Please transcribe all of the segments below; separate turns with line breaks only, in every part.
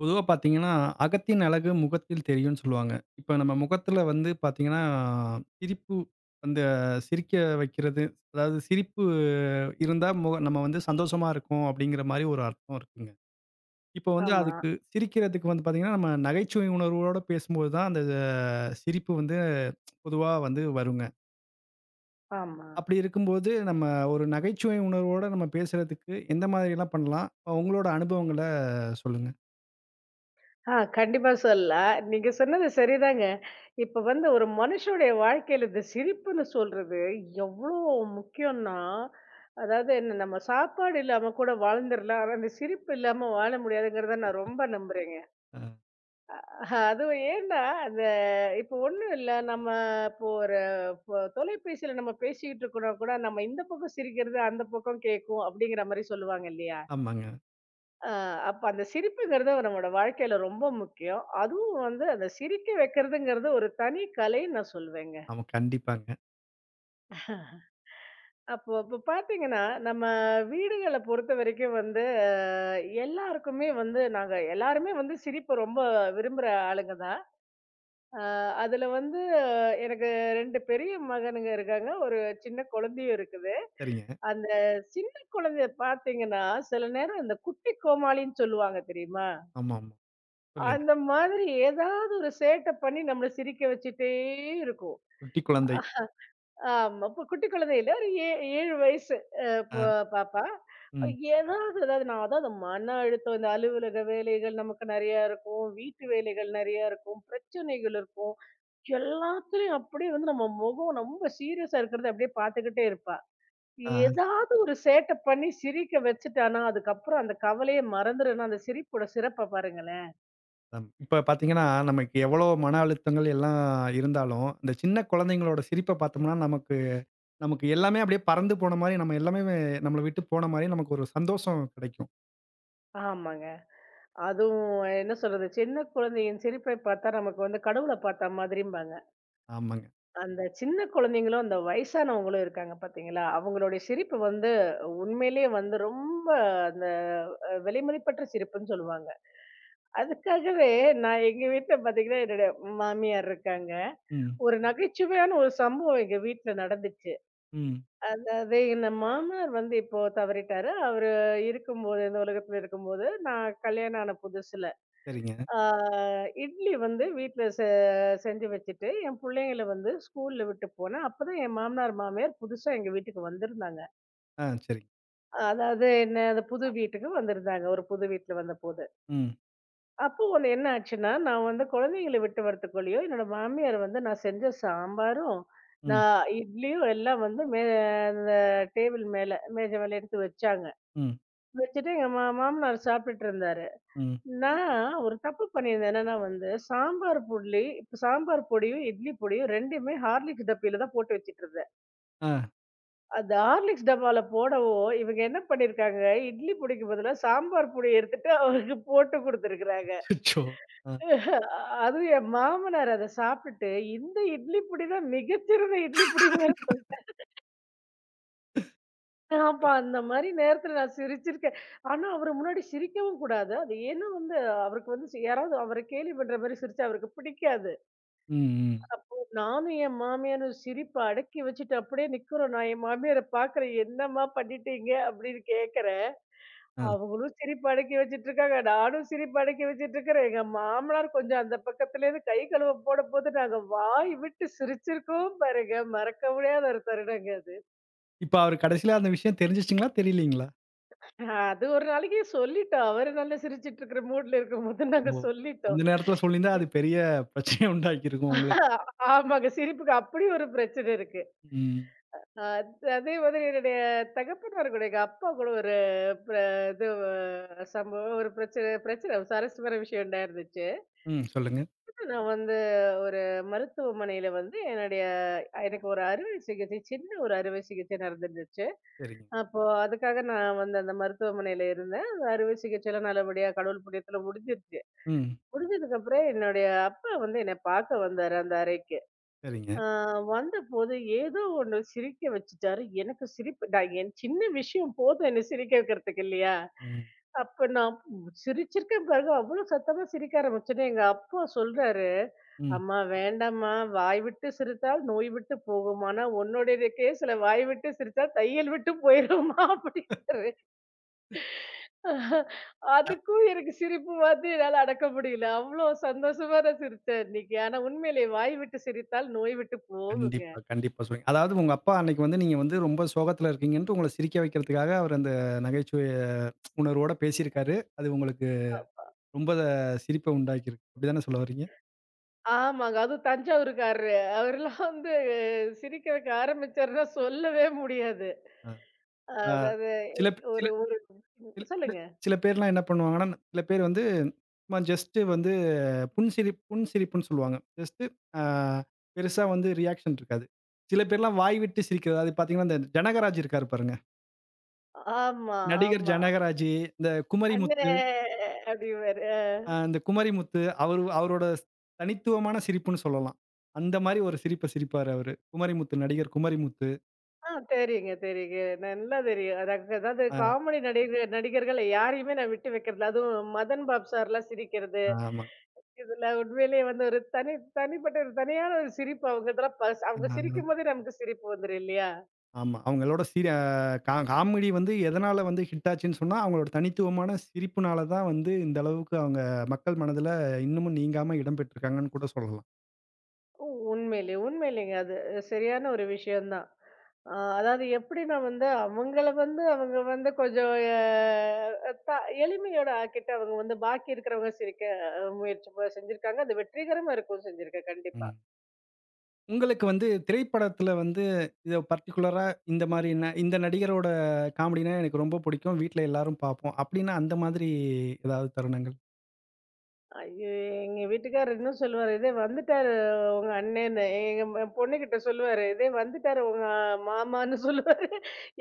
பொதுவா பார்த்தீங்கன்னா, "அகத்தின் அழகு முகத்தில் தெரியும்னு" சொல்லுவாங்க. இப்ப நம்ம முகத்துல வந்து பார்த்தீங்கன்னா, சிரிப்பு அந்த சிரிக்க வைக்கிறது, அதாவது சிரிப்பு இருந்தா நம்ம வந்து சந்தோஷமா இருக்கோம் அப்படிங்கிற மாரி ஒரு அர்த்தம் இருக்குங்க. இப்ப வந்து
ஆமா,
அதுக்கு சிரிக்கிறதுக்கு வந்து பார்த்தீங்கன்னா, நம்ம நகைச்சுவை உணர்வோட பேசும்போது தான் அந்த சிரிப்பு வந்து பொதுவா வந்து வருங்க.
ஆமா.
அப்படி இருக்கும்போது நம்ம ஒரு நகைச்சுவை உணர்வோட நம்ம பேசுறதுக்கு எந்த மாதிரிலாம் பண்ணலாம்? உங்களோட அனுபவங்கள சொல்லுங்க.
கண்டிப்பா சொல்லலாம். நீங்க சொன்னது சரிதாங்க. இப்ப வந்து ஒரு மனுஷனுடைய வாழ்க்கையில இந்த சிரிப்புன்னு சொல்றது எவ்ளோ முக்கியம்னா, அதாவது என்ன நம்ம சாப்பாடு இல்லாம கூட வாழ்ந்துரலாம். ஆனா அந்த சிரிப்பு இல்லாம வாழ முடியாதுங்கிறத நான் ரொம்ப நம்புறேங்க.
அ
அதுவும் ஏன்னா, அந்த இப்போ ஒண்ணும் இல்ல. நம்ம இப்போ ஒரு இப்போ தொலைபேசியில நம்ம பேசிக்கிட்டு இருக்கோம்னா கூட, நம்ம இந்த பக்கம் சிரிக்கிறது, அந்த பக்கம் கேட்கும் அப்படிங்கிற மாரி சொல்லுவாங்க இல்லையா?
ஆமாங்க.
அ அப்ப அந்த சிரிப்புங்கிறது நம்மோட வாழ்க்கையில ரொம்ப முக்கியம். அதுவும் வந்து அந்த சிரிக்க வைக்கிறதுங்கிறது ஒரு தனி கலைன்னு நான் சொல்வேங்க.
ஆமா, கண்டிப்பாங்க.
அப்போ இப்ப பார்த்தீங்கன்னா, நம்ம வீடுகள பொறுத்தவரைக்கும் வந்து எல்லாருக்குமே வந்து நாங்க எல்லாருமே வந்து சிரிப்ப ரொம்ப விரும்புற ஆளுங்க தான். அ அதுல வந்து எனக்கு 2 பெரிய மகனுங்க இருக்காங்க. ஒரு சின்ன குழந்தையும் இருக்குது.
சரிங்க.
அந்த சின்ன குழந்தைய பார்த்தீங்கன்னா, சில நேரம் இந்த குட்டி கோமாளின்னு சொல்லுவாங்க தெரியுமா?
ஆமாமா. சொல்லுங்க.
அந்த மாதிரி ஏதாவது ஒரு சேட்டை பண்ணி நம்மள சிரிக்க வச்சுட்டே இருக்கும்.
குட்டி குழந்தை.
ஆமா. இப்ப குட்டி குழந்தை இல்ல. ஒரு 7 வயசு அ ப
ஆ.
பாப்பா.
ம்.
ஏதாவது ஏதாவது நான் அதாவது மன அழுத்தம், இந்த அலுவலக வேலைகள் நமக்கு நெறையா இருக்கும். வீட்டு வேலைகள் நெறையா இருக்கும். பிரச்சனைகள் இருக்கும். எல்லாத்துலயும் அப்படியே வந்து நம்ம முகம் ரொம்ப சீரியஸா இருக்கிறத அப்படியே பார்த்துக்கிட்டே இருப்பா.
ஆ.
ஏதாவது ஒரு சேட்ட பண்ணி சிரிக்க வச்சுட்டானா, அதுக்கப்புறம் அந்த கவலையே மறந்துருன்னா, அந்த சிரிப்போட சிறப்ப பாருங்களேன்.
இப்ப பார்த்தீங்கன்னா, நமக்கு எவ்வளோ மன அழுத்தங்கள் எல்லாம் இருந்தாலும், இந்த சின்ன குழந்தைங்களோட சிரிப்ப பார்த்தோம்னா, நமக்கு நமக்கு எல்லாமே அப்படியே பறந்து போன மாரி, நம்ம எல்லாமே நம்மள விட்டு போன மாரி நமக்கு ஒரு சந்தோஷம் கிடைக்கும்.
ஆமாங்க. அதுவும் என்ன சொல்றது, சின்ன குழந்தையின் சிரிப்பை பார்த்தா நமக்கு வந்து கடவுள பார்த்த மாதிரிம்பாங்க.
ஆமாங்க.
அந்த சின்ன குழந்தைங்களும், அந்த வயசானவங்களும் இருக்காங்க பார்த்தீங்களா? அவங்களுடைய சிரிப்பு வந்து உண்மையிலேயே வந்து ரொம்ப அந்த அ விலைமதிப்பற்ற சிரிப்புன்னு சொல்லுவாங்க. அதுக்காகவே நான் எங்க வீட்ல பார்த்தீங்கன்னா, என்னோட மாமியார் இருக்காங்க.
ம்.
ஒரு நகைச்சுவையான ஒரு சம்பவம் எங்க வீட்ல நடந்துச்சு.
ம்.
அதாவது என்ன மாமனார் வந்து இப்போ தவறிட்டாரு. அவரு இருக்கும்போது இந்த உலகத்துல இருக்கும்போது, நான் கல்யாணம் ஆன புதுசுல.
சரிங்க.
ஆ இட்லி வந்து வீட்ல செஞ்சு வச்சுட்டு, என் புள்ளைங்கள வந்து ஸ்கூல்ல விட்டு போனேன். அப்பதான் என் மாமனார், மாமியார் புதுசா எங்க வீட்டுக்கு வந்திருந்தாங்க.
ஆ சரிங்க.
அதாவது என்ன அந்த புது வீட்டுக்கு வந்திருந்தாங்க. ஒரு புது வீட்ல வந்தபோது.
ம்.
அப்போ ஒண்ணு என்ன ஆச்சுன்னா, நான் வந்து குழந்தைங்கள விட்டு வரதுக்குள்ளேயோ, என்னோட மாமியார் வந்து நான் செஞ்ச சாம்பாரும்,
ம்.
நான் இட்லியும் எல்லாம் வந்து அந்த டேபிள் மேல, மேஜை மேல எடுத்து வச்சாங்க.
ம்.
வச்சுட்டு எங்க மாமனார் சாப்பிட்டுட்டு இருந்தாரு.
ம்.
நான் ஒரு தப்பு பண்ணியிருந்தேன். என்னன்னா வந்து, சாம்பார் புள்ளி இப்ப சாம்பார் பொடியும், இட்லி பொடியும் 2மே ஹார்லிக்ஸ் டப்பில தான் போட்டு வச்சுட்டுருந்தேன்.
ஆ.
அந்த ஹார்லிக்ஸ் டப்பால போடவும், இவங்க என்ன பண்ணியிருக்காங்க, இட்லி பொடிக்கு பதிலா சாம்பார் பொடிய எடுத்துட்டு அவருக்கு போட்டு குடுத்துருக்கிறாங்க.
அச்சச்சோ! ஆ.
அதுவும் என் மாமனார் அத சாப்பிட்டுட்டு, "இந்த இட்லி பொடி தான் மிகச்சிறந்த இட்லி பொடின்னு" வேற சொல்லிட்டாரு. அப்ப அந்த மாரி நேரத்துல நான் சிரிச்சிருக்கேன். ஆனா அவரு முன்னாடி சிரிக்கவும் கூடாது. அது ஏன்னா வந்து, அவருக்கு வந்து யாராவது அவர கேலி பண்ற மாரி சிரிச்சா அவருக்கு பிடிக்காது.
ம். ம்.
நானும் என் மாமியாரும் சிரிப்ப அடக்கி வச்சுட்டு அப்படியே நிக்கிறோம். நான் என் மாமியார பார்க்குறேன். "என்னம்மா பண்ணிட்டீங்க?" அப்படின்னு கேட்கிறேன்.
ஆ.
அவங்களும் சிரிப்பு அடக்கி வச்சுட்டு இருக்காங்க. நானும் சிரிப்பு அடக்கி வச்சுட்டு இருக்கிறேன். எங்க மாமனார் கொஞ்சம் அந்த பக்கத்துலேருந்து கை கழுவ போடம்போது, நாங்க வாய் விட்டு சிரிச்சிருக்கோம் பாருங்க. மறக்க முடியாத ஒரு தருணங்க அது.
இப்ப அவரு கடைசியில அந்த விஷயம் தெரிஞ்சுச்சுங்களா? தெரியலீங்களா?
அது ஒரு நாளைக்கு சொல்லிட்டோம். அவரு நல்லா சிரிச்சுட்டு இருக்கிற மூட்ல இருக்கும்போது நாங்க
ஓ! அந்த
சொல்லிட்டோம்.
நேரத்துல சொல்லியிருந்தா, அது பெரிய பிரச்சனைய உண்டாக்கியிருக்கும் உங்களுக்கு.
ஆஹ் ஆமாங்க. சிரிப்புக்கு அப்படி ஒரு பிரச்சனை இருக்கு.
ம்.
அ அதே மாதிரி என்னுடைய தகப்பனாருடைய அப்பா கூட ஒரு பிர இது சம்பவம் ஒரு பிரச்சனை பிரச்சனை சுவாரஸ்யமான விஷயம் உண்டாயிருந்துச்சு.
ம். சொல்லுங்க.
நான் வந்து ஒரு மருத்துவமனையில வந்து எனக்கு ஒரு அறுவை சிகிச்சை சின்ன ஒரு அறுவை சிகிச்சை நடந்துருந்துச்சு.
சரிங்க.
அப்போ அதுக்காக நான் வந்து அந்த மருத்துவமனையில இருந்தேன். அந்த அறுவை சிகிச்சைலாம் நல்லபடியா கடவுள் புண்ணியத்துல முடிஞ்சிருச்சு.
ம்.
முடிஞ்சதுக்கப்புறம் என்னுடைய அப்பா வந்து என்ன பார்க்க வந்தாரு அந்த அறைக்கு.
சரிங்க.
ஆ வந்தபோது ஏதோ ஒண்ணு சிரிக்க வச்சுட்டாரு. எனக்கு சிரிப்பு நான் என் சின்ன விஷயம் போதும் என்ன சிரிக்க வைக்கிறதுக்கு இல்லையா?
ம்.
அப்ப நான் சிரிச்சிருக்கேன் பாருங்க. அவ்ளோ சத்தமா சிரிக்க ஆரம்பிச்சோனே, எங்க அப்பா சொல்றாரு,
ம்.
"அம்மா வேண்டாம்மா. வாய் விட்டு சிரித்தால் நோய் விட்டு போகும். ஆனா உன்னுடைய கேஸ்ல வாய் விட்டு சிரித்தா தையல் விட்டு போயிரும்மா" அப்படின்றாரு. அதுக்கும் எனக்கு சிரிப்பு வந்து என்னால அடக்க முடியல. அவ்ளோ சந்தோஷமா நான் சிரிச்சேன் அன்னைக்கு. ஆனா உண்மையிலேயே வாய் விட்டு சிரித்தால் நோய் விட்டு போகுங்க.
கண்டிப்பா, கண்டிப்பா சொல்லுங்க. அதாவது உங்க அப்பா அன்னைக்கு வந்து நீங்க வந்து ரொம்ப சோகத்துல இருக்கீங்கன்ட்டு உங்கள சிரிக்க வைக்கிறதுக்காக அவர் அந்த நகைச்சுவை உணர்வோட பேசியிருக்காரு. அது உங்களுக்கு
அ
ரொம்ப சிரிப்ப உண்டாக்கியிருக்கு. அப்படிதானே சொல்ல வர்றீங்க?
ஆமாங்க. அதுவும் தஞ்சாவூர்க்காரரு. அவரெல்லாம் வந்து சிரிக்கிறதுக்கு ஆரம்பிச்சாருன்னா சொல்லவே முடியாது.
அ. ஆ
அதாவது எ
சில சில
ஒரு ஒரு
சில சில
சொல்லுங்க.
சில பேர்லாம் என்ன பண்ணுவாங்கன்னா, சில பேர் வந்து சும்மா ஜஸ்ட் வந்து புன்சிரிப்புன்னு சொல்லுவாங்க. ஜஸ்ட் ஆ பெருசா வந்து ரியாக்ஷன் இருக்காது. சில பேர்லாம் வாய் விட்டு சிரிக்கிறது. அது பார்த்தீங்கன்னா, இந்த ஜனகராஜ் இருக்காரு பாருங்க.
ஆமா,
நடிகர்
ஆமா.
ஜனகராஜ், இந்த குமரி முத்
"அண்ணே" அப்படிம்பாரு.
அ இந்த குமரிமுத்து அவரு அவரோட தனித்துவமான சிரிப்புன்னு சொல்லலாம். அந்த மாரி ஒரு சிரிப்ப சிரிப்பாரு அவரு. குமரிமுத்து நடிகர் குமரிமுத்து.
தெரியுங்க, தெரியுங்க. நல்லா தெரியும். அதாங்க அதாவது
அ
காமெடி நடிகர்கள யாரையுமே நான் விட்டு வைக்கிறதில்ல. அதுவும் மதன் பாப் சார்லாம் சிரிக்கிறது.
ஆமா.
இதெல்லாம் உண்மையிலேயே வந்து ஒரு தனி தனிப்பட்ட ஒரு தனியான ஒரு சிரிப்பு அவங்க இதெல்லாம் பஸ் அவங்க
ம்.
சிரிக்கும்போதே நமக்கு சிரிப்பு வந்துரும் இல்லையா?
ஆமா. அவங்களோட சிரி அ காமெடி வந்து எதனால வந்து ஹிட் ஆச்சுன்னு சொன்னா, அவங்களோட தனித்துவமான சிரிப்புனால தான் வந்து இந்த அளவுக்கு அவங்க மக்கள் மனதில இன்னமும் நீங்காம இடம் பெற்றிருக்காங்கன்னு கூட சொல்லலாம்.
உண்மையிலே, உண்மையிலேங்க. அது சரியான ஒரு விஷயம் தான். அ அதாவது எப்படின்னா வந்து அவங்கள வந்து அவங்க வந்து கொஞ்சம் எ த எளிமையோட ஆக்கிட்டு அவங்க வந்து பாக்கி இருக்கிறவங்க சிரிக்க முயற்சி செஞ்சிருக்காங்க. அது வெற்றிகரமா இருக்கவும் செஞ்சிருக்கு கண்டிப்பா.
ம். உங்களுக்கு வந்து திரைப்படத்தில வந்து இத பர்ட்டிகுலரா இந்த மாரி இந்த நடிகரோட காமெடினா எனக்கு ரொம்ப பிடிக்கும். வீட்ல எல்லாரும் பார்ப்போம். அப்டின்னா அந்த மாதிரி ஏதாவது தருணங்கள்?
ஐயோ! எங்க வீட்டுக்காரர் இன்னும் சொல்லுவாரு, "இதே வந்துட்டாரு உங்க அண்ணேன்னு." எங்க பொண்ணுகிட்ட சொல்லுவாரு, "இதே வந்துட்டாரு உங்க மாமான்னு" சொல்லுவாரு.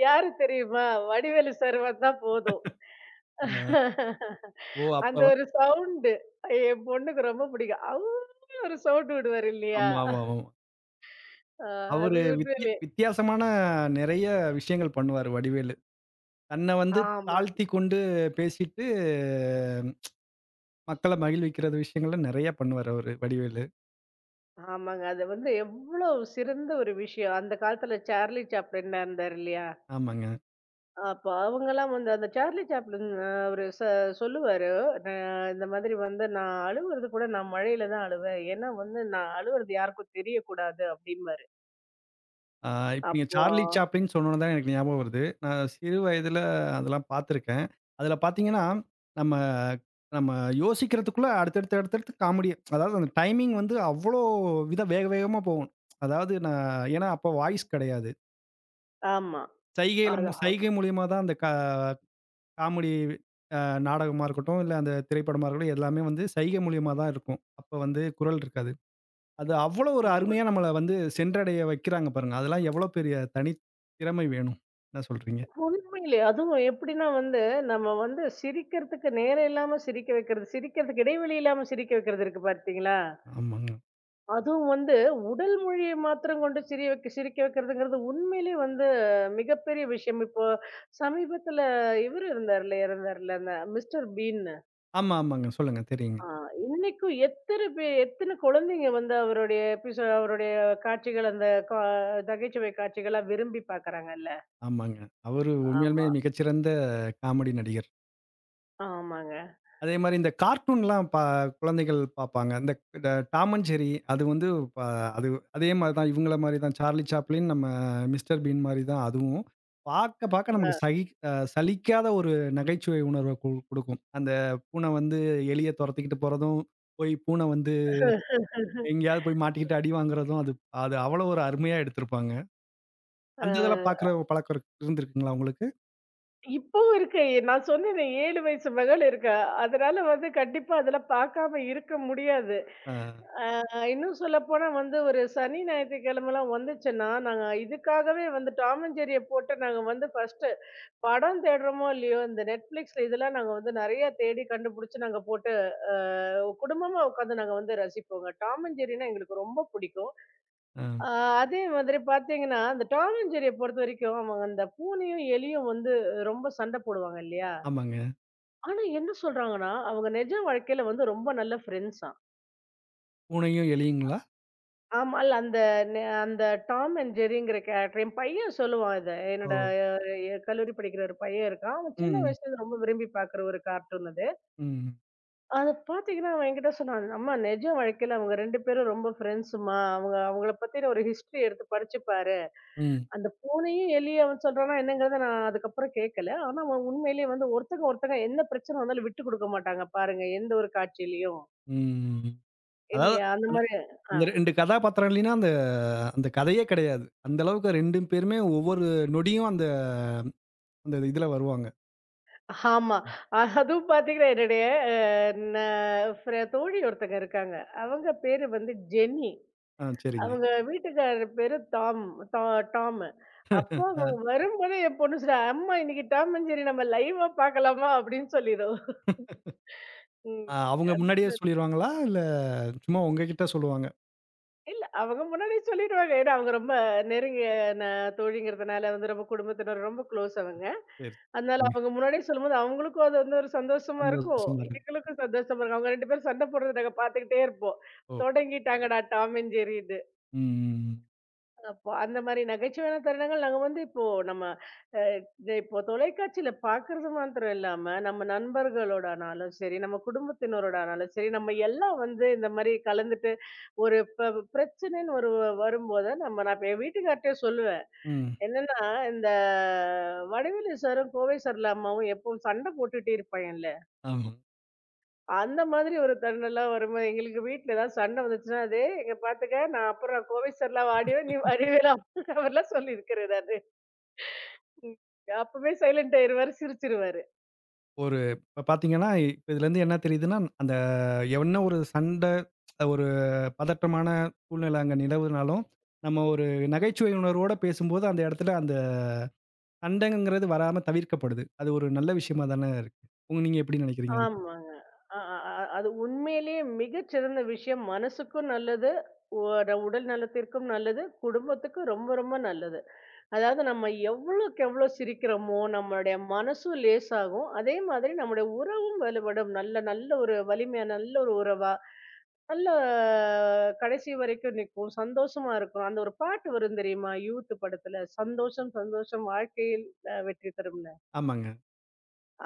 யாரு தெரியுமா? வடிவேலு சார் வந்தா போதும்.
அ. ஓ! அப்ப
அந்த ஒரு சவுண்டு என் பொண்ணுக்கு ரொம்ப பிடிக்கும். அவ்வளோ ஒரு சவுண்ட் விடுவாரு இல்லையா?
ஆமா, ஆமா, ஆமாமா.
அ
அவரு
அது உண்மையிலே
வித்தியாசமான நெறைய விஷயங்கள் பண்ணுவாரு வடிவேலு. தன்ன வந்து
ஆமா.
தாழ்த்தி கொண்டு பேசிட்டு, மக்கள மகிழ்விக்கிறது விஷயங்கள்ல நெறைய பண்ணுவாரு அவரு வடிவேலு.
ஆமாங்க. அது வந்து எவ்வளோ சிறந்த ஒரு விஷயம். அந்த காலத்துல சார்லி சாப்ளின்லாம் இருந்தார் இல்லையா?
ஆமாங்க.
அப்ப அவங்கலாம் வந்து அந்த சார்லி சாப்ளின் அவரு சொல்லுவாரு. அ இந்த மாதிரி வந்து நான் அழுவுறது கூட நான் மழையில தான் அழுவேன். ஏன்னா வந்து நான் அழுவுறது யாருக்கும் தெரியக்கூடாது அப்டிம்பாரு.
ஆ இப்ப நீங்க
அப்போ
சார்லி சாப்ளின் சொன்னோன தான் எனக்கு ஞாபகம் வருது. நான் சிறு வயதுல அதெல்லாம் பார்த்துருக்கேன். அதுல பார்த்தீங்கன்னா, நம்ம நம்ம யோசிக்கிறதுக்குள்ள அடுத்தடுத்து அடுத்தடுத்து காமெடி அதாவது அந்த டைமிங் வந்து அவ்ளோ வித வேக வேகமா போகும். அதாவது நான் ஏன்னா அப்ப வாய்ஸ் கிடையாது.
ஆமா.
சைகையில
அது அ-
சைகை மூலியமா தான் அந்த கா காமெடி அ நாடகமா இருக்கட்டும், இல்ல அந்த திரைப்படமா இருக்கட்டும், எல்லாமே வந்து சைகை மூலியமா தான் இருக்கும். அப்ப வந்து குரல் இருக்காது. அது அவ்வளோ ஒரு
ஆமா.
அருமையா நம்மள வந்து சென்றடைய வைக்கிறாங்க பாருங்க. அதெல்லாம் எவ்வளோ பெரிய தனி திறமை வேணும். என்ன சொல்றீங்க?
உண்மையிலே அதுவும் எப்டின்னா வந்து நம்ம வந்து சிரிக்கிறதுக்கு நேரம் இல்லாம சிரிக்க வைக்கிறது, சிரிக்கிறதுக்கு இடைவெளி இல்லாம சிரிக்க வைக்கிறது இருக்கு பார்த்தீங்களா?
ஆமாங்க.
அதுவும் வந்து உடல் மொழியை மாத்திரம் கொண்டு சிரிக்க வைக்கிறதுங்கிறது உண்மையிலே வந்து மிகப்பெரிய விஷயம். இப்போ சமீபத்துல இவரு இருந்தார்ல இறந்தார்ல அந்த மிஸ்டர் பீன்னு.
ஆமா, ஆமாங்க. சொல்லுங்க. தெரியுங்க.
ஆ இன்னைக்கும் எத்தன குழந்தைங்க வந்து அவருடைய அவருடைய காட்சிகள் அந்த நகைச்சுவை காட்சிகளா விரும்பி பார்க்கறாங்கல்ல.
ஆமாங்க. அவரு உண்மையாலுமே
ஆமா.
மிகச்சிறந்த காமெடி நடிகர்.
ஆமாங்க.
அதே மாரி இந்த கார்ட்டூன்லாம் குழந்தைகள் பார்ப்பாங்க. இந்த ட டாம் அண்ட் ஜெர்ரி அது வந்து ப அது அதே மாரி தான் இவங்கள மாரி தான் சார்லி சாப்ளின், நம்ம மிஸ்டர் பீன் மாரி தான் அதுவும். பார்க்க பார்க்க நமக்கு
அ
சகி அ சலிக்காத ஒரு நகைச்சுவை உணர்வ குடுக்கும். அந்த பூனை வந்து எலிய தொரத்திக்கிட்டு போறதும், போய் பூனை வந்து எங்கேயாவது போய் மாட்டிக்கிட்டு அடி வாங்குறதும், அது அது அவ்வளோ ஒரு அருமையா எடுத்திருப்பாங்க. அந்த இதெல்லாம்
அ
பார்க்குற பழக்கம் இருந்திருக்குங்களா உங்களுக்கு?
இப்பவும் இருக்கு. நான் சொன்னேனே 7 வயசு மகள் இருக்கா. அதனால வந்து கண்டிப்பா அதெல்லாம் பார்க்காம இருக்க முடியாது.
அ,
இன்னும் சொல்லப்போனா வந்து ஒரு சனி ஞாயிற்றுக்கிழமைலாம் வந்துச்சுன்னா, நாங்க இதுக்காகவே வந்து டாம் அண்ட் ஜெர்ரிய போட்டு நாங்க வந்து ஃபர்ஸ்ட்டு படம் தேடுறோமோ இல்லையோ, இந்த Netflixல இதெல்லாம் நாங்க வந்து நெறையா தேடி கண்டுபிடிச்சு நாங்க போட்டு அ குடும்பமா உட்காந்து நாங்க வந்து ரசிப்போங்க. டாம் அண்ட் ஜெர்ரினா எங்களுக்கு ரொம்ப பிடிக்கும்.
அ.
அ அதே மாதிரி பார்த்தீங்கன்னா, அந்த டாம் அண்ட் ஜெர்ரிய பொறுத்தவரைக்கும் அவங்க அந்த பூனையும், எலியும் வந்து ரொம்ப சண்டை போடுவாங்க இல்லையா?
ஆமாங்க.
ஆனா என்ன சொல்றாங்கன்னா, அவங்க நிஜ வாழ்க்கையில வந்து ரொம்ப நல்ல ஃப்ரெண்ட்ஸாம்.
பூனையும் எலியுங்களா?
ஆமால் அந்த டாம் அண்ட் ஜெர்ரிங்கிற கேரக்டர் என் பையன் சொல்லுவான் இத.
ஓ!
என்னோட அஹ், கல்லூரி படிக்கிற ஒரு பையன் இருக்கான். அவன் சின்ன
ம்.
வயசுலேருந்து ரொம்ப விரும்பி பார்க்குற ஒரு கார்ட்டூன் அது.
ம்.
அத பார்த்தீங்கன்னா, அவன் என்கிட்ட சொன்னான், "அம்மா நிஜ வாழ்க்கையில அவங்க 2 பேரும் ரொம்ப ஃப்ரெண்ட்ஸுமா. அவங்க அவங்கள பத்தின ஒரு ஹிஸ்டரி எடுத்து படிச்சு பாரு."
ம்.
அந்த பூனையும், எலியும் அவன் சொல்றான்னா என்னங்கிறத நான் அதுக்கப்புறம் கேட்கல. ஆனா, அவன் உண்மையிலேயே வந்து ஒருத்தங்க ஒருத்தங்க என்ன பிரச்சனை வந்தாலும் விட்டு குடுக்க மாட்டாங்க பாருங்க. எந்த ஒரு காட்சியிலயும்.
ம். அதாவது
இல்லையா? அந்த
அந்
மாரி. ஆ.
அந்த 2 கதாபாத்திரம் இல்லைன்னா, அந்த அந்த கதையே கிடையாது. அந்த அளவுக்கு 2 பேருமே ஒவ்வொரு நொடியும் அந்த அந்த இதுல வருவாங்க.
ஆமா. அதுவும் பாத்தீங்கன்னா, என்னுடைய அ ந ஃப்ர தோழி ஒருத்தங்க இருக்காங்க. அவங்க பேரு வந்து ஜென்னி.
ஆ சரிங்க.
அவங்க வீட்டுக்காரர் பேரு டாம் டா டாமு. அப்போ
அ.
அவங்க வரும்போதே என் பொண்ணு சொல்றா, "அம்மா இன்னைக்கு டாம் அண்ட் ஜெர்ரி நம்ம லைவா பார்க்கலாமா?" அப்படின்னு சொல்லிரும்.
அ
ம்.
அவங்க முன்னாடியே சொல்லிருவாங்களா? இல்ல சும்மா உங்ககிட்ட சொல்லுவாங்க?
இல்ல. அவங்க முன்னாடியே சொல்லிடுவாங்க. ஏன்னா அவங்க ரொம்ப நெருங்கிய ந தோழிங்கிறதுனால வந்து ரொம்ப குடும்பத்தினர் ரொம்ப க்ளோஸ் அவங்க.
சரி.
அதனால
சரிங்க.
அவங்க முன்னாடியே சொல்லும்போது, அவங்களுக்கும் அது வந்து ஒரு சந்தோஷமா இருக்கும்.
சந்தோஷமா இருக்கு.
எங்களுக்கும் சந்தோஷமா இருக்கும். அவங்க 2 பேரும் சண்டை போடுறத நாங்க பார்த்துக்கிட்டே இருப்போம்.
ஓ!
தொடங்கிட்டாங்கடா டாம் அண்ட் ஜெர்ரி
ம், ம், ம்.
அப்போ அந்த மாரி நகைச்சுவையான தருணங்கள் நாங்க வந்து இப்போ நம்ம அ இது இப்போ தொலைக்காட்சியில பார்க்கறது மாத்திரம் இல்லாம, நம்ம நண்பர்களோட ஆனாலும் சரி, நம்ம குடும்பத்தினரோட ஆனாலும் சரி, நம்ம எல்லாம் வந்து இந்த மாரி கலந்துட்டு ஒரு பிரச்சனைன்னு ஒரு வரும்போது நான் இப்ப என் வீட்டுக்கார்ட்டயே சொல்லுவேன்.
ம்.
என்னன்னா, இந்த வடிவேலு சாரும், கோவை சரளா அம்மாவும் எப்பவும் சண்டை போட்டுட்டே இருப்பாங்கல்ல.
ஆமா.
அந்த மாதிரி ஒரு தருணம்லாம் வரும்போது, எங்களுக்கு வீட்ல ஏதாவது சண்டை வந்துச்சுன்னா, "டேய் இங்க பாத்துக்க, நான் அப்புறம் கோவிச்சர்லாம் வாடியோ, நீ வருவேல" அவர்லாம் சொல்லியிருக்கிறேன் நானு. ம். அப்பவே சைலண்ட் ஆயிருவாரு, சிரிச்சுருவாரு.
ஒரு இப்ப பார்த்தீங்கன்னா, இப்ப இதுலருந்து என்ன தெரியுதுன்னா, அந்த என்ன ஒரு சண்டை, ஒரு பதற்றமான சூழ்நிலை அங்க நிலவுனாலும், நம்ம ஒரு நகைச்சுவை உணர்வோட பேசும்போது அந்த இடத்துல அந்த சண்டைங்கிறது வராம தவிர்க்கப்படுது. அது ஒரு நல்ல விஷயமா தானே இருக்கு. உங்க நீங்க எப்படி நெனைக்கிறீங்க இத பத்தி?
ஆமாங்க. அ அ அ அது உண்மையிலேயே மிகச்சிறந்த விஷயம். மனசுக்கும் நல்லது, ஒ ட உடல் நலத்திற்கும் நல்லது, குடும்பத்துக்கும் ரொம்ப ரொம்ப நல்லது. அதாவது நம்ம எவ்வளோக்கு எவ்வளோ சிரிக்கிறோமோ, நம்மளுடைய மனசும் லேசாகும். அதே மாதிரி நம்முடைய உறவும் வலுப்படும். நல்ல நல்ல ஒரு வலிமையா, நல்ல ஒரு உறவா நல்ல கடைசி வரைக்கும் நிக்கும். சந்தோஷமா இருக்கும். அந்த ஒரு பாட்டு வரும் தெரியுமா? யூத் படத்துல, "சந்தோஷம் சந்தோஷம் வாழ்க்கையில் வெற்றி தரும்ன்னு."
ஆமாங்க.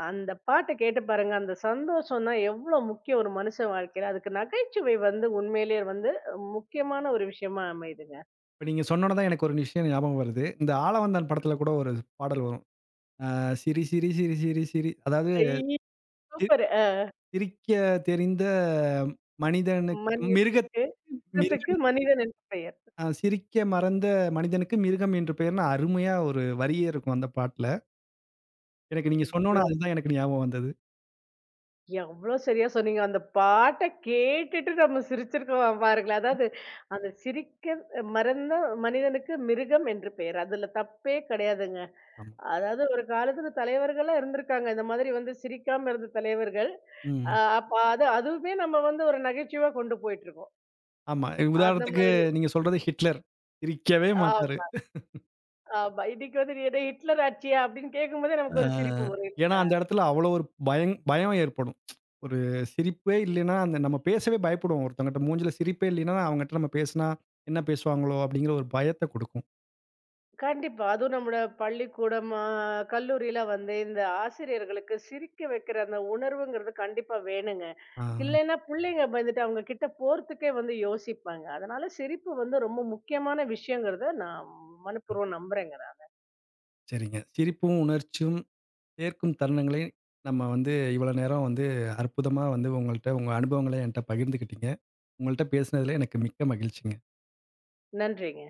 அந்த பாட்ட கேட்டு பாருங்க. அந்த சந்தோஷம்னா எவ்ளோ முக்கியம் ஒரு மனுஷன் வாழ்க்கையில. அதுக்கு நகைச்சுவை வந்து உண்மையிலேயே வந்து முக்கியமான ஒரு விஷயமா அமையுதுங்க.
இப்ப நீங்க சொன்னோன தான் எனக்கு ஒரு விஷயம் ஞாபகம் வருது. இந்த ஆளவந்தான் படத்துல கூட ஒரு பாடல் வரும். அ சிரி சிரி சிரி சிரி சிரி அதாவது
ஐ
சி
சூப்பர்.
சிரிக்க தெரிந்த மனிதனுக்கு மிருகத்
மனிதனுக்கு மிருகத்துக்கு
மிருகம்
மனிதன் என்று பெயர்.
அ சிரிக்க மறந்த மனிதனுக்கு மிருகம் என்று பெயர்ன்னு அருமையா ஒரு வரியே இருக்கும் அந்த பாட்டுல. எனக்கு நீங்க சொன்னோன
ஐயோ!
அதுதான் எனக்கு ஞாபகம் வந்தது.
எவ்வளோ சரியா சொன்னீங்க. அந்த பாட்ட கேட்டுட்டு நம்ம சிரிச்சிருக்கோம் பாருங்களேன். அதாவது அந்த சிரிக்க மறந்த மனிதனுக்கு மிருகம் என்று பெயர். அதுல தப்பே கிடையாதுங்க.
ஆமா.
அதாவது ஒரு காலத்துல தலைவர்களா இருந்திருக்காங்க. இந்த மாதிரி வந்து சிரிக்காம இருந்த தலைவர்கள். அ
ம்.
அப்ப அதுவுமே நம்ம வந்து ஒரு நகைச்சுவையா கொண்டு போயிட்டுருக்கோம்.
ஆமா.
அந்த
உதாரணத்துக்கு
மாதிரி
நீங்க சொல்றது ஹிட்லர். சிரிக்கவே மாட்டாரு.
ஆமா, ஆமா. இன்னைக்கு வந்து நீ "என்ன ஹிட்லர் ஆட்சியா?" அப்படின்னு கேட்கும்போதே
அ
நமக்கு ஒரு சிரிப்பு வரும்
ஏன்னா,
இல்லையா?
அந்த இடத்துல அவ்வளோ ஒரு பயம் ஏற்படும். ஒரு சிரிப்பே இல்லைன்னா, அந்த நம்ம பேசவே பயப்படுவோம். ஒருத்தவங்கட்ட மூஞ்சில சிரிப்பே இல்லைன்னா, அவங்கட்ட நம்ம பேசினா என்ன பேசுவாங்களோ? அப்படிங்கிற ஒரு பயத்த குடுக்கும்.
கண்டிப்பா. அதுவும் நம்மோட பள்ளிக்கூடம், கல்லூரியில வந்து இந்த ஆசிரியர்களுக்கு சிரிக்க வைக்கிற அந்த உணர்வுங்கிறது கண்டிப்பா வேணுங்க.
ஆ
இல்லைன்னா புள்ளைங்க பயந்துட்டு அவங்க கிட்ட போறதுக்கே வந்து யோசிப்பாங்க. அதனால சிரிப்பு வந்து ரொம்ப முக்கியமான விஷயங்கிறத நான் மனப்பூர்வம் நம்புறேங்க நான்.
சரிங்க. சிரிப்பும், உணர்ச்சியும் சேர்க்கும் தருணங்களை நம்ம வந்து இவ்வளோ நேரம் வந்து அற்புதமா வந்து உங்கள்ட்ட உங்க அனுபவங்கள என்ட்ட பகிர்ந்துக்கிட்டீங்க. உங்கள்ட்ட பேசினதுல எனக்கு மிக்க மகிழ்ச்சிங்க.
நன்றிங்க.